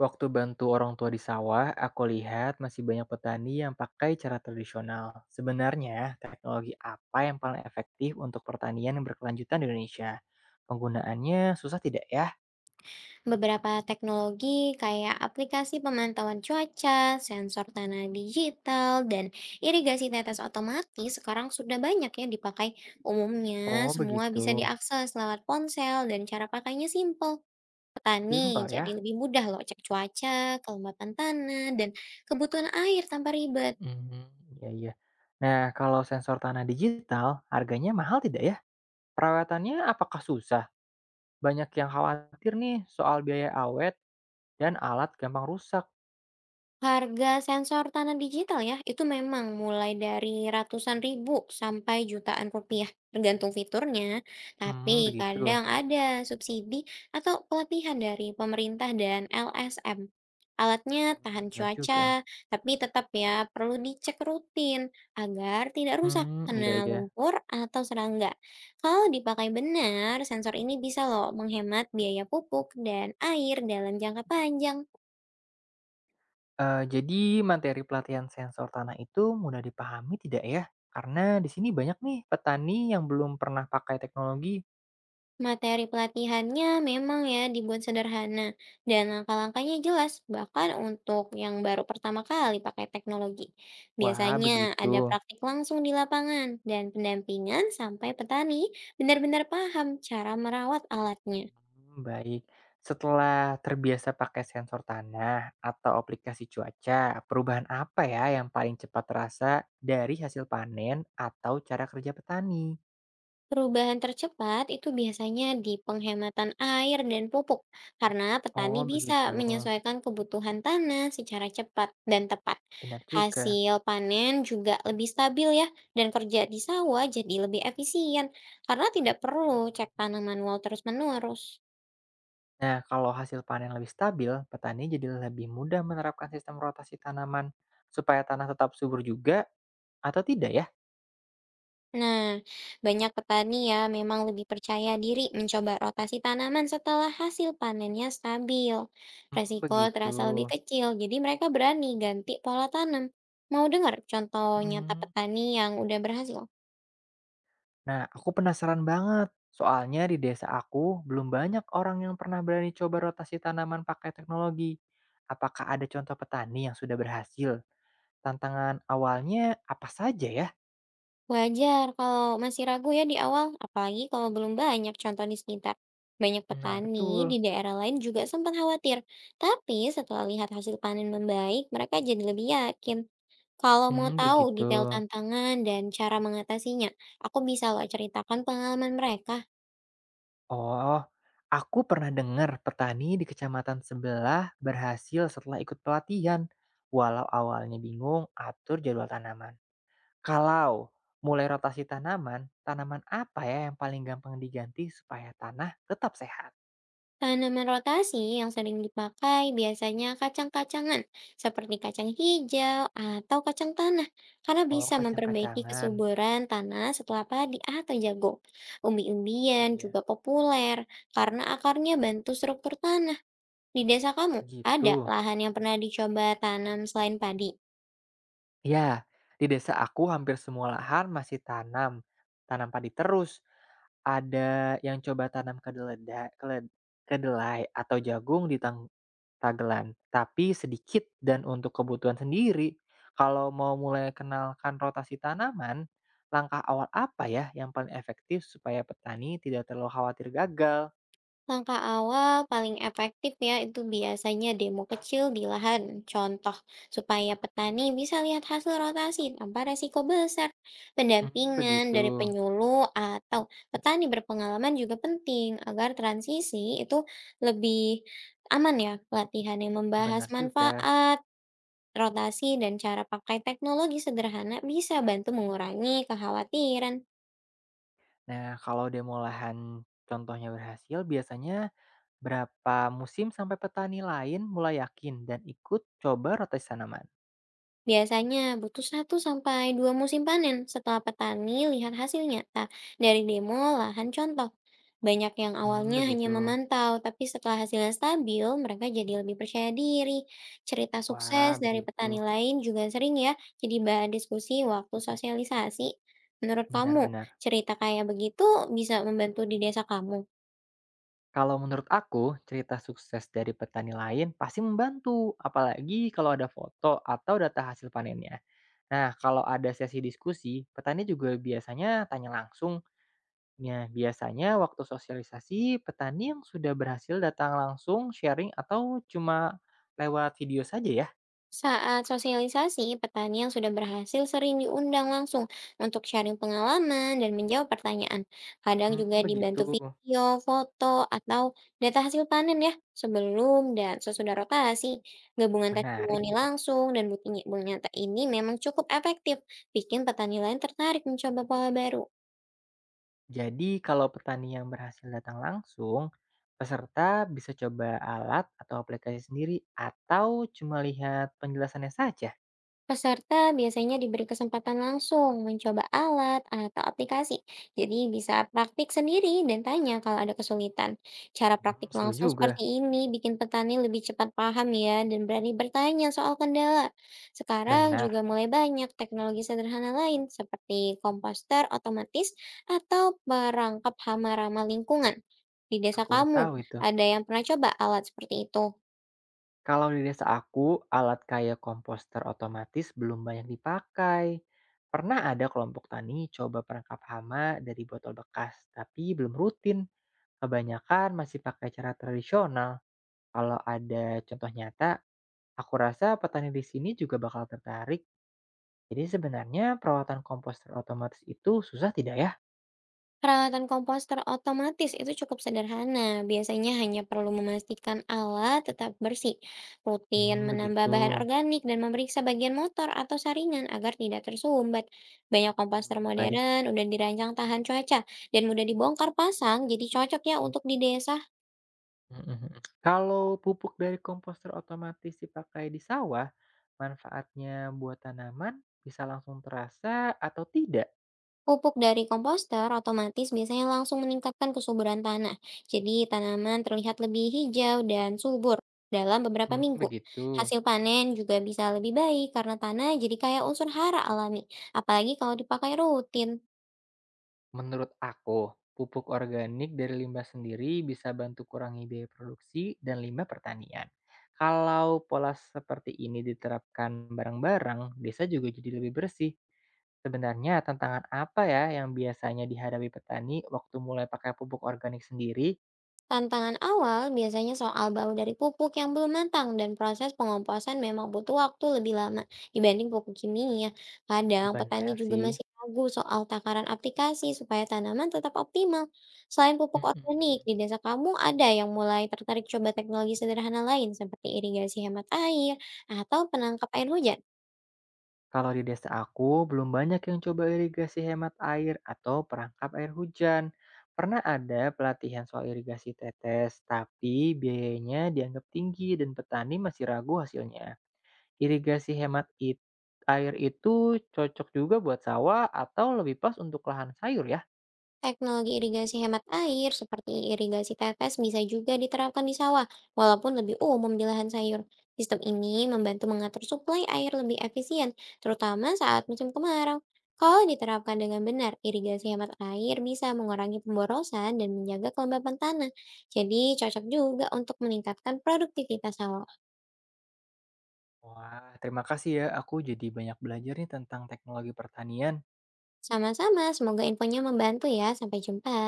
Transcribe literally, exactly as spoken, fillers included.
Waktu bantu orang tua di sawah, aku lihat masih banyak petani yang pakai cara tradisional. Sebenarnya, teknologi apa yang paling efektif untuk pertanian yang berkelanjutan di Indonesia? Penggunaannya susah tidak ya? Beberapa teknologi kayak aplikasi pemantauan cuaca, sensor tanah digital, dan irigasi tetes otomatis sekarang sudah banyak ya dipakai. Umumnya Oh, semua begitu. bisa diakses lewat ponsel dan cara pakainya simple. Petani Simpel jadi ya? lebih mudah loh cek cuaca, kelembapan tanah, dan kebutuhan air tanpa ribet. Hmm, iya iya. Nah, kalau sensor tanah digital, harganya mahal tidak ya? Perawatannya apakah susah? Banyak yang khawatir nih soal biaya awet dan alat gampang rusak. Harga sensor tanah digital ya, itu memang mulai dari ratusan ribu sampai jutaan rupiah, tergantung fiturnya. Tapi Hmm, kadang begitu. ada subsidi atau pelatihan dari pemerintah dan L S M. Alatnya tahan Hmm, benar juga. cuaca, tapi tetap ya perlu dicek rutin agar tidak rusak Hmm, iya kena iya. lumpur atau serangga. Kalau dipakai benar, sensor ini bisa loh menghemat biaya pupuk dan air dalam jangka panjang. Eee, jadi materi pelatihan sensor tanah itu mudah dipahami tidak ya? Karena di sini banyak nih petani yang belum pernah pakai teknologi. Materi pelatihannya memang ya dibuat sederhana dan langkah-langkahnya jelas bahkan untuk yang baru pertama kali pakai teknologi. Wah, Biasanya begitu. ada praktik langsung di lapangan dan pendampingan sampai petani benar-benar paham cara merawat alatnya. Hmm, baik. Setelah terbiasa pakai sensor tanah atau aplikasi cuaca, perubahan apa ya yang paling cepat terasa dari hasil panen atau cara kerja petani? Perubahan tercepat itu biasanya di penghematan air dan pupuk, karena petani Oh, bisa begitu. menyesuaikan kebutuhan tanah secara cepat dan tepat. Benar juga. Hasil panen juga lebih stabil ya, dan kerja di sawah jadi lebih efisien, karena tidak perlu cek Mhm. tanah manual terus-menerus. Nah, kalau hasil panen lebih stabil, petani jadi lebih mudah menerapkan sistem rotasi tanaman supaya tanah tetap subur juga atau tidak ya? Nah, banyak petani ya memang lebih percaya diri mencoba rotasi tanaman setelah hasil panennya stabil. Hmm, Resiko begitu. terasa lebih kecil, jadi mereka berani ganti pola tanam. Mau dengar contoh nyata Hmm. petani yang udah berhasil? Nah, aku penasaran banget. Soalnya di desa aku belum banyak orang yang pernah berani coba rotasi tanaman pakai teknologi. Apakah ada contoh petani yang sudah berhasil? Tantangan awalnya apa saja ya? Wajar kalau masih ragu ya di awal, apalagi kalau belum banyak contoh di sekitar. Banyak Nah, petani di betul. daerah lain juga sempat khawatir, tapi setelah lihat hasil panen membaik, mereka jadi lebih yakin. Kalau mau Hmm, tahu begitu. detail tantangan dan cara mengatasinya, aku bisa loh ceritakan pengalaman mereka. Oh, aku pernah dengar petani di kecamatan sebelah berhasil setelah ikut pelatihan, walau awalnya bingung atur jadwal tanaman. Kalau mulai rotasi tanaman, tanaman apa ya yang paling gampang diganti supaya tanah tetap sehat? Tanaman rotasi yang sering dipakai biasanya kacang-kacangan seperti kacang hijau atau kacang tanah karena Oh, bisa memperbaiki kacang-kacangan. kesuburan tanah setelah padi atau jagung. Hmm, Umbi-umbian iya, juga populer karena akarnya bantu struktur tanah. Di desa kamu ada begitu. lahan yang pernah dicoba tanam selain padi? Ya, di desa aku hampir semua lahan masih tanam, tanam padi terus. Ada yang coba tanam kedelai, kedelai atau jagung di tanggung Raglan, tapi sedikit dan untuk kebutuhan sendiri. Kalau mau mulai kenalkan rotasi tanaman, langkah awal apa ya yang paling efektif supaya petani tidak terlalu khawatir gagal? Langkah awal paling efektif ya itu biasanya demo kecil di lahan, contoh supaya petani bisa lihat hasil rotasi tanpa resiko besar. Hmm, Pendampingan begitu. dari penyuluh atau petani berpengalaman juga penting agar transisi itu lebih aman ya. Pelatihan yang membahas Benar juga. manfaat, rotasi, dan cara pakai teknologi sederhana bisa bantu mengurangi kekhawatiran. Nah, kalau demo lahan contohnya berhasil, biasanya berapa musim sampai petani lain mulai yakin dan ikut coba rotasi tanaman? Biasanya butuh satu sampai dua musim panen setelah petani lihat hasil nyata dari demo lahan contoh. Banyak yang Hmm, awalnya hanya begitu. memantau, tapi setelah hasilnya stabil, mereka jadi lebih percaya diri. Cerita Wah, sukses dari begitu. petani lain juga sering ya jadi bahan diskusi waktu sosialisasi. Menurut kamu, Benar-benar. cerita kayak begitu bisa membantu di desa kamu? Kalau menurut aku, cerita sukses dari petani lain pasti membantu, apalagi kalau ada foto atau data hasil panennya. Nah, kalau ada sesi diskusi, petani juga biasanya tanya langsung. Nah, biasanya waktu sosialisasi, petani yang sudah berhasil datang langsung sharing atau cuma lewat video saja ya? Saat sosialisasi, petani yang sudah berhasil sering diundang langsung untuk sharing pengalaman dan menjawab pertanyaan. Kadang Hmm, juga begitu. dibantu video, foto, atau data hasil panen ya, sebelum dan sesudah rotasi. Gabungan Menarik. testimoni langsung dan bukti nyata ini memang cukup efektif, bikin petani lain tertarik mencoba pola baru. Jadi kalau petani yang berhasil datang langsung, peserta bisa coba alat atau aplikasi sendiri atau cuma lihat penjelasannya saja. Peserta biasanya diberi kesempatan langsung mencoba alat atau aplikasi, jadi bisa praktik sendiri dan tanya kalau ada kesulitan. Cara praktik Hmm, seru langsung juga. seperti ini bikin petani lebih cepat paham ya dan berani bertanya soal kendala. Sekarang juga Benar, mulai banyak teknologi sederhana lain seperti komposter otomatis atau perangkap hama ramah lingkungan. Di desa aku baru kamu, tahu itu. ada yang pernah coba alat seperti itu? Kalau di desa aku, alat kayak komposter otomatis belum banyak dipakai. Pernah ada kelompok tani coba perangkap hama dari botol bekas, tapi belum rutin. Kebanyakan masih pakai cara tradisional. Kalau ada contoh nyata, aku rasa petani di sini juga bakal tertarik. Jadi sebenarnya perawatan komposter otomatis itu susah tidak ya? Perawatan komposter otomatis itu cukup sederhana, biasanya hanya perlu memastikan alat tetap bersih, Hmm, rutin begitu. menambah bahan organik dan memeriksa bagian motor atau saringan agar tidak tersumbat. Banyak komposter Hmm, baik. modern udah dirancang tahan cuaca dan mudah dibongkar pasang, jadi cocok ya untuk di desa. Mhm. Kalau pupuk dari komposter otomatis dipakai di sawah, manfaatnya buat tanaman bisa langsung terasa atau tidak? Pupuk dari komposter otomatis biasanya langsung meningkatkan kesuburan tanah, jadi tanaman terlihat lebih hijau dan subur dalam beberapa Hmm, minggu. begitu. Hasil panen juga bisa lebih baik karena tanah jadi kaya unsur hara alami, apalagi kalau dipakai rutin. Menurut aku, pupuk organik dari limbah sendiri bisa bantu kurangi biaya produksi dan limbah pertanian. Kalau pola seperti ini diterapkan bareng-bareng, desa juga jadi lebih bersih. Sebenarnya tantangan apa ya yang biasanya dihadapi petani waktu mulai pakai pupuk organik sendiri? Tantangan awal biasanya soal bau dari pupuk yang belum matang dan proses pengomposan memang butuh waktu lebih lama dibanding pupuk kimia. Kadang petani Benar juga sih. masih ragu soal takaran aplikasi supaya tanaman tetap optimal. Selain Mm, pupuk mm, organik, mm. di desa kamu ada yang mulai tertarik coba teknologi sederhana lain seperti irigasi hemat air atau penangkap air hujan? Kalau di desa aku, belum banyak yang coba irigasi hemat air atau perangkap air hujan. Pernah ada pelatihan soal irigasi tetes, tapi biayanya dianggap tinggi dan petani masih ragu hasilnya. Irigasi hemat it- air itu cocok juga buat sawah atau lebih pas untuk lahan sayur ya? Teknologi irigasi hemat air seperti irigasi tetes bisa juga diterapkan di sawah, walaupun lebih umum di lahan sayur. Sistem ini membantu mengatur suplai air lebih efisien, terutama saat musim kemarau. Kalau diterapkan dengan benar, irigasi hemat air bisa mengurangi pemborosan dan menjaga kelembapan tanah. Jadi cocok juga untuk meningkatkan produktivitas sawah. Wah, terima kasih ya. Aku jadi banyak belajar nih tentang teknologi pertanian. Sama-sama, semoga infonya membantu ya. Sampai jumpa.